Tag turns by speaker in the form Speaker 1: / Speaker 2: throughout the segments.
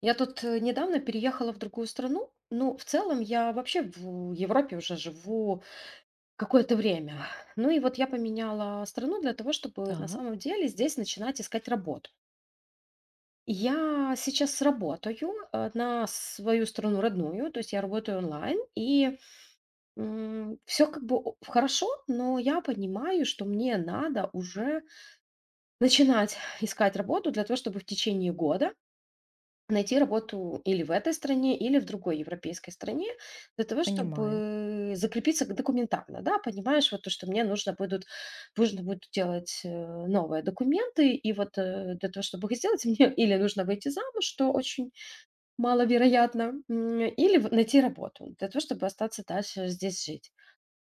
Speaker 1: Я тут недавно переехала в другую страну. Ну, в целом, я вообще в Европе уже живу какое-то время. Ну и вот я поменяла страну для того, чтобы на
Speaker 2: Так,
Speaker 1: самом деле здесь начинать искать работу. Я сейчас работаю на свою страну родную, то есть я работаю онлайн, и все как бы хорошо, но я понимаю, что мне надо уже начинать искать работу для того, чтобы в течение года найти работу или в этой стране, или в другой европейской стране для того,
Speaker 2: понимаю.
Speaker 1: чтобы закрепиться документарно, да, понимаешь, вот то, что мне нужно будет делать новые документы, и вот для того, чтобы их сделать, мне или нужно выйти замуж, что очень маловероятно, или найти работу для того, чтобы остаться дальше здесь жить.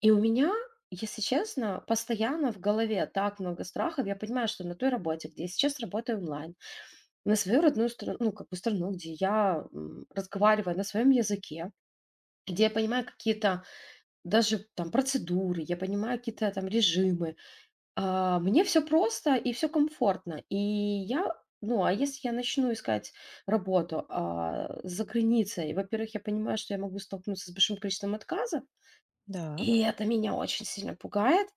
Speaker 1: И у меня, если честно, постоянно в голове так много страхов. Я понимаю, что на той работе, где я сейчас работаю онлайн, на свою родную страну, ну, как бы страну, где я, разговариваю на своем языке, где я понимаю какие-то даже там процедуры, я понимаю какие-то там режимы. Мне все просто и все комфортно. И я Ну, а если я начну искать работу, за границей, во-первых, я понимаю, что я могу столкнуться с большим количеством отказов, и
Speaker 2: Так.
Speaker 1: это меня очень сильно пугает.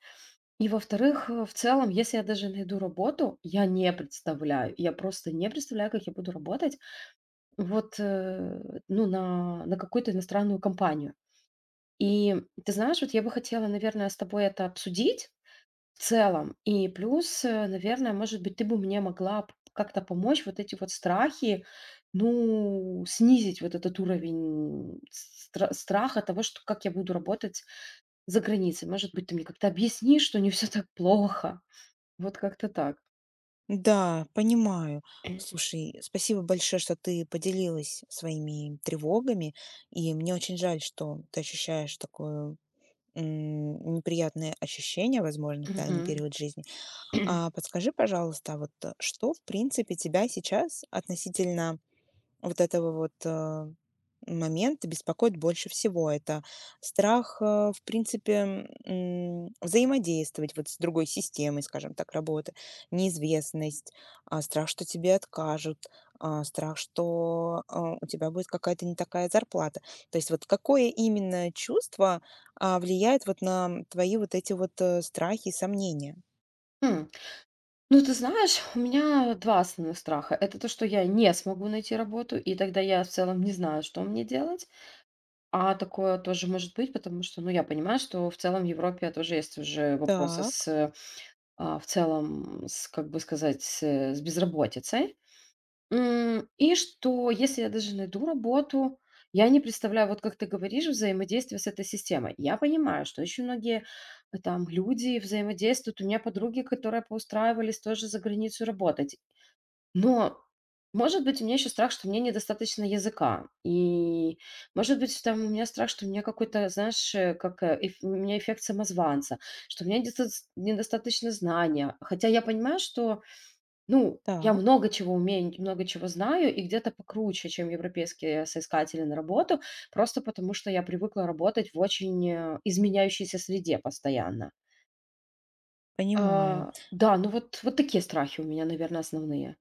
Speaker 1: И, во-вторых, в целом, если я даже найду работу, я просто не представляю, как я буду работать, вот, э, ну, на какую-то иностранную компанию. И ты знаешь, вот я бы хотела, наверное, с тобой это обсудить в целом. И плюс, наверное, может быть, ты бы мне могла п как-то помочь вот эти вот страхи, ну, снизить вот этот уровень страха того, что как я буду работать за границей. Может быть, ты мне как-то объяснишь, что не все так плохо. Вот как-то так.
Speaker 2: Да, понимаю. Слушай, спасибо большое, что ты поделилась своими тревогами, и мне очень жаль, что ты ощущаешь такое неприятное ощущение, возможно, в данный
Speaker 1: Мгм.
Speaker 2: период жизни. А подскажи, пожалуйста, а вот что, в принципе, тебя сейчас относительно вот этого вот, момента беспокоит больше всего. Это страх, в принципе, взаимодействовать вот с другой системой, скажем так, работы, неизвестность, а, страх, что тебе откажут, а, страх, что, а, у тебя будет какая-то не такая зарплата. То есть вот какое именно чувство, а, влияет вот на твои вот эти вот, страхи и сомнения?
Speaker 1: М. Ну, ты знаешь, у меня 2 основных страха. Это то, что я не смогу найти работу, и тогда я в целом не знаю, что мне делать. А такое тоже может быть, потому что, ну, я понимаю, что в целом в Европе тоже есть уже вопросы
Speaker 2: Так,
Speaker 1: в целом, как бы сказать, с безработицей. И что если я даже найду работу, я не представляю, вот как ты говоришь, взаимодействие с этой системой. Я понимаю, что очень многие там люди взаимодействуют. У меня подруги, которые поустраивались тоже за границу работать. Но, может быть, у меня еще страх, что мне недостаточно языка. И, может быть, там у меня страх, что у меня какой-то, знаешь, у меня эффект самозванца, что у меня недостаточно знания. Хотя я понимаю, что, ну, я
Speaker 2: так,
Speaker 1: много чего умею, много чего знаю, и где-то покруче, чем европейские соискатели на работу, просто потому что я привыкла работать в очень изменяющейся среде постоянно.
Speaker 2: понимаю.
Speaker 1: Да, ну вот, вот такие страхи у меня, наверное, основные.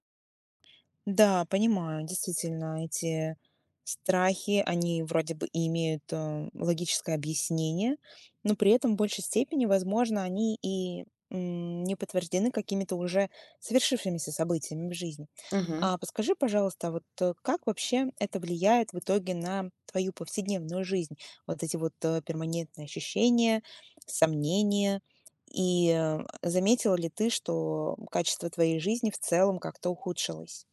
Speaker 2: Да, понимаю, действительно, эти страхи, они вроде бы и имеют логическое объяснение, но при этом в большей степени, возможно, они и не подтверждены какими-то уже совершившимися событиями в жизни.
Speaker 1: Мгм.
Speaker 2: А подскажи, пожалуйста, вот как вообще это влияет в итоге на твою повседневную жизнь? Вот эти вот перманентные ощущения, сомнения, и заметила ли ты, что качество твоей жизни в целом как-то ухудшилось?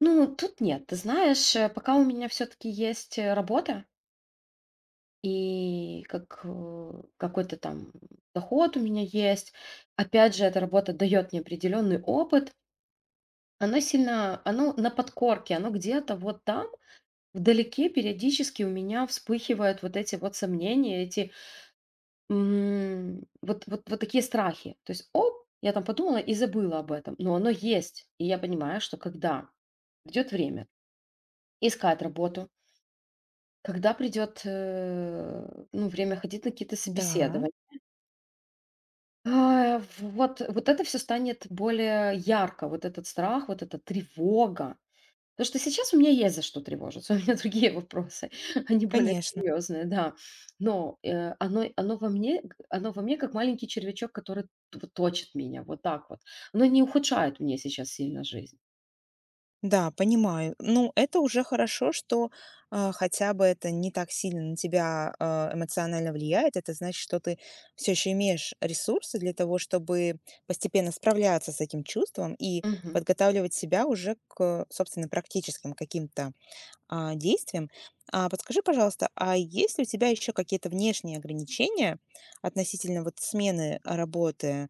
Speaker 1: Ну, тут нет. Ты знаешь, пока у меня все-таки есть работа и как какой-то там доход у меня есть. Опять же, эта работа дает мне определенный опыт. Она сильно, оно на подкорке, оно где-то вот там, вдалеке периодически у меня вспыхивают вот эти вот сомнения, эти вот такие страхи. То есть, оп, я там подумала и забыла об этом. Но оно есть. И я понимаю, что когда придет время искать работу, когда придет, ну, время ходить на какие-то
Speaker 2: Да,
Speaker 1: собеседования? Вот это все станет более ярко, вот этот страх, вот эта тревога. Потому что сейчас у меня есть за что тревожиться, у меня другие вопросы, они более
Speaker 2: конечно.
Speaker 1: серьезные, да. Но, оно во мне г оно во мне как маленький червячок, который т вот точит меня, вот так вот. Оно не ухудшает мне сейчас сильно жизнь.
Speaker 2: Да, понимаю. Ну, это уже хорошо, что а, хотя бы это не так сильно на тебя а, эмоционально влияет. Это значит, что ты все еще имеешь ресурсы для того, чтобы постепенно справляться с этим чувством и
Speaker 1: Мгм.
Speaker 2: подготавливать себя уже к, собственно, практическим каким-то а, действиям. А, подскажи, пожалуйста, а есть ли у тебя еще какие-то внешние ограничения относительно вот смены работы?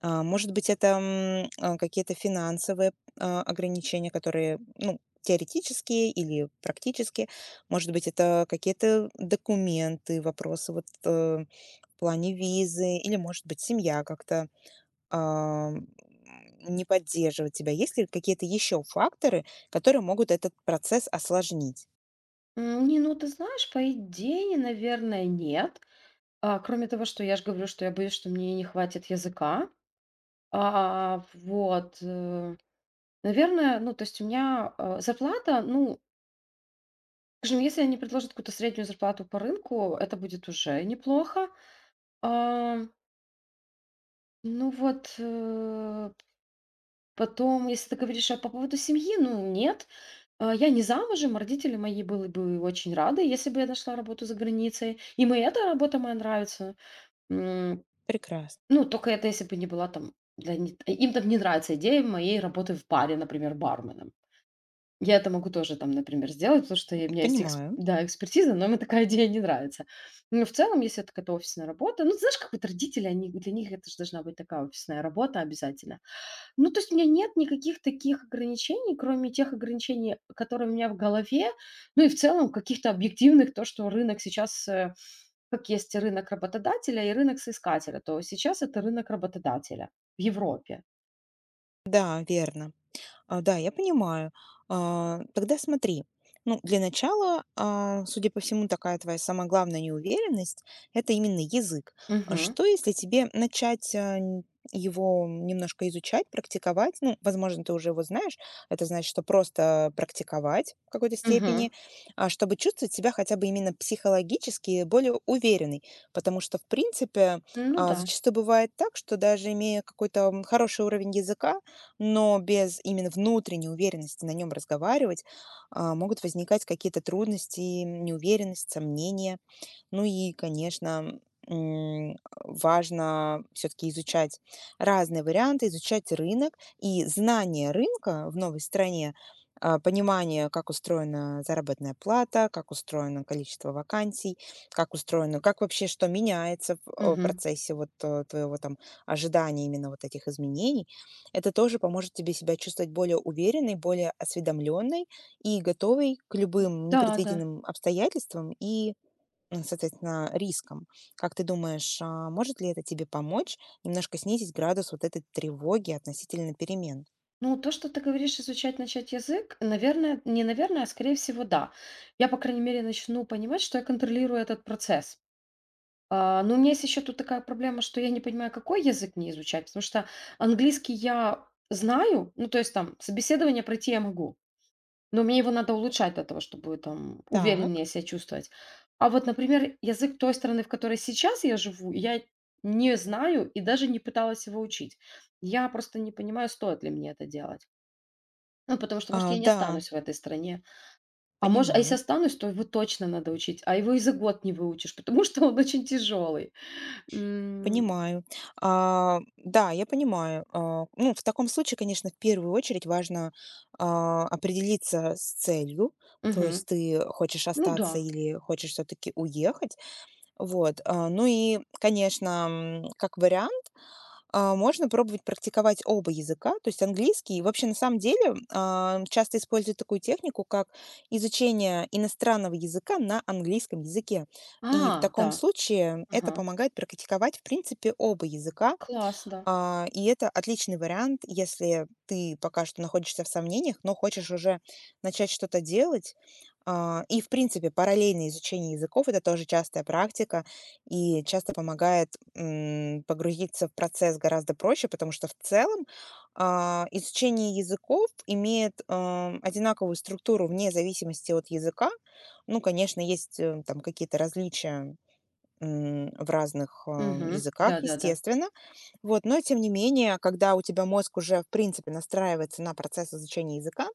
Speaker 2: А, может быть, это, а, какие-то финансовые, а, ограничения, которые, ну, теоретические или практические. Может быть, это какие-то документы, вопросы вот, в плане визы, или, может быть, семья как-то, а, не поддерживает тебя. Есть ли какие-то еще факторы, которые могут этот процесс осложнить?
Speaker 1: Не, ну, ты знаешь, по идее, наверное, нет. Кроме того, что я ж говорю, что я боюсь, что мне не хватит языка. А, вот, э, наверное, ну, то есть у меня, зарплата, ну, скажем, если они предложат какую-то среднюю зарплату по рынку, это будет уже неплохо. А, ну вот, потом, если ты говоришь, а по поводу семьи, ну, нет. Я не замужем, родители мои были бы очень рады, если бы я нашла работу за границей. Им и эта работа моя нравится. М,
Speaker 2: Прекрасно.
Speaker 1: Ну, только это если бы не была там для них, им там не нравится идея моей работы в баре, например, барменом. Я это могу тоже там, например, сделать, потому что я у меня есть экс
Speaker 2: Понимаю.
Speaker 1: да, экспертиза, но мне такая идея не нравится. Но в целом, если это какая-то офисная работа, ну, знаешь, как вот родители, они для них это же должна быть такая офисная работа обязательно. Ну, то есть у меня нет никаких таких ограничений, кроме тех ограничений, которые у меня в голове, ну и в целом каких-то объективных, то, что рынок сейчас, как есть рынок работодателя и рынок соискателя, то сейчас это рынок работодателя в Европе.
Speaker 2: Да, верно. А, да, я понимаю. А, тогда смотри. Ну, для начала, а, судя по всему, такая твоя самая главная неуверенность — это именно язык. А
Speaker 1: Мгм.
Speaker 2: что, если тебе начать а, его немножко изучать, практиковать? Ну, возможно, ты уже его знаешь. Это значит, что просто практиковать в какой-то
Speaker 1: Мгм.
Speaker 2: степени, а, чтобы чувствовать себя хотя бы именно психологически более уверенной. Потому что, в принципе,
Speaker 1: Ну
Speaker 2: а,
Speaker 1: да.
Speaker 2: зачастую бывает так, что даже имея какой-то хороший уровень языка, но без именно внутренней уверенности на нем разговаривать, а, могут возникать какие-то трудности, неуверенность, сомнения. Ну и, конечно, м, важно все-таки изучать разные варианты, изучать рынок и знание рынка в новой стране, а, понимание, как устроена заработная плата, как устроено количество вакансий, как устроено, как вообще что меняется в
Speaker 1: Мгм.
Speaker 2: процессе вот твоего там ожидания именно вот этих изменений, это тоже поможет тебе себя чувствовать более уверенной, более осведомленной и готовой к любым
Speaker 1: Да, да.
Speaker 2: непредвиденным обстоятельствам и соответственно, риском. Как ты думаешь, а, может ли это тебе помочь немножко снизить градус вот этой тревоги относительно перемен?
Speaker 1: Ну, то, что ты говоришь, изучать, начать язык, наверное, не наверное, а скорее всего, да. Я, по крайней мере, начну понимать, что я контролирую этот процесс. Но у меня есть еще тут такая проблема, что я не понимаю, какой язык мне изучать, потому что английский я знаю, ну, то есть там собеседование пройти я могу. Но мне его надо улучшать для того, чтобы там увереннее
Speaker 2: Так,
Speaker 1: себя чувствовать. А вот, например, язык той страны, в которой сейчас я живу, я не знаю и даже не пыталась его учить. Я просто не понимаю, стоит ли мне это делать. Ну, потому что, может,
Speaker 2: а,
Speaker 1: я не
Speaker 2: да,
Speaker 1: останусь в этой стране. А может, а если
Speaker 2: понимаю.
Speaker 1: останусь, то его точно надо учить, а его и за год не выучишь, потому что он очень тяжелый. М,
Speaker 2: Понимаю. А, да, я понимаю. А, ну, в таком случае, конечно, в первую очередь важно а, определиться с целью, то
Speaker 1: мгм.
Speaker 2: есть ты хочешь
Speaker 1: Ну
Speaker 2: остаться
Speaker 1: да.
Speaker 2: или хочешь все-таки уехать. Вот. А, ну и, конечно, как вариант, а, можно пробовать практиковать оба языка, то есть английский. И вообще, на самом деле, а, часто используют такую технику, как изучение иностранного языка на английском языке. И в
Speaker 1: А, да.
Speaker 2: таком случае это
Speaker 1: Ага.
Speaker 2: помогает практиковать, в принципе, оба языка,
Speaker 1: Класс, да.
Speaker 2: а, и это отличный вариант, если ты пока что находишься в сомнениях, но хочешь уже начать что-то делать. А, и, в принципе, параллельное изучение языков — это тоже частая практика и часто помогает, погрузиться в процесс гораздо проще, потому что в целом, а, изучение языков имеет, одинаковую структуру вне зависимости от языка. Ну, конечно, есть, там какие-то различия, в разных, а,
Speaker 1: Мгм.
Speaker 2: языках,
Speaker 1: Да-да-да.
Speaker 2: естественно. Вот, но тем не менее, когда у тебя мозг уже, в принципе, настраивается на процесс изучения языка,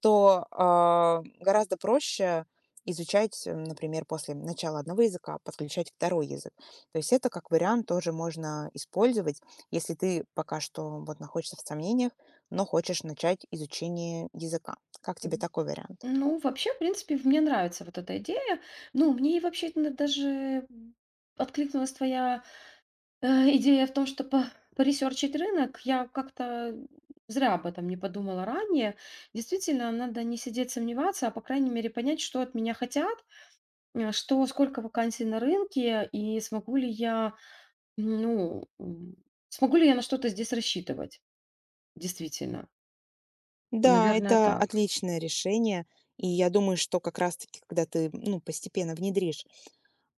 Speaker 2: то, а, гораздо проще изучать, например, после начала одного языка подключать второй язык. То есть это как вариант тоже можно использовать, если ты пока что вот находишься в сомнениях, но хочешь начать изучение языка. Как тебе такой вариант?
Speaker 1: Ну, вообще, в принципе, мне нравится вот эта идея. Ну, мне и вообще даже м, откликнулась твоя идея в том, что по поресерчить рынок. Я как-то зря об этом не подумала ранее. Действительно, надо не сидеть сомневаться, а по крайней мере понять, что от меня хотят, э, что сколько вакансий на рынке и смогу ли я, м, ну, м, смогу ли я на что-то здесь рассчитывать. Действительно,
Speaker 2: Да,
Speaker 1: наверное,
Speaker 2: это
Speaker 1: так.
Speaker 2: отличное решение. И я думаю, что как раз-таки, когда ты, ну, постепенно внедришь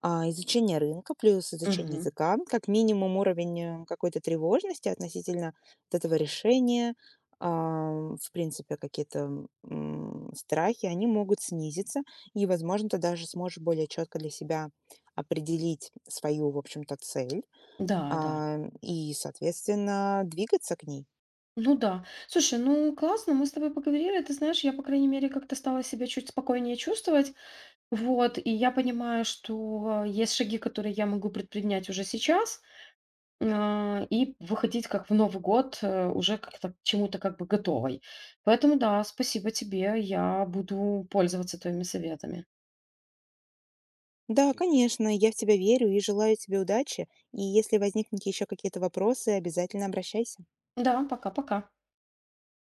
Speaker 2: а, изучение рынка плюс изучение
Speaker 1: Мгм.
Speaker 2: языка, как минимум уровень, какой-то тревожности относительно вот этого решения. В принципе, какие-то, страхи, они могут снизиться, и, возможно, ты даже сможешь более четко для себя определить свою, в общем-то, цель,
Speaker 1: Да, да.
Speaker 2: а, и, соответственно, двигаться к ней.
Speaker 1: Ну да. Слушай, ну классно, мы с тобой поговорили. Ты знаешь, я, по крайней мере, как-то стала себя чуть спокойнее чувствовать. Вот, и я понимаю, что есть шаги, которые я могу предпринять уже сейчас, и выходить как в Новый год уже как-то к чему-то как бы готовой. Поэтому да, спасибо тебе, я буду пользоваться твоими советами.
Speaker 2: Да, конечно, я в тебя верю и желаю тебе удачи. И если возникнут еще какие-то вопросы, обязательно обращайся.
Speaker 1: Да, пока-пока.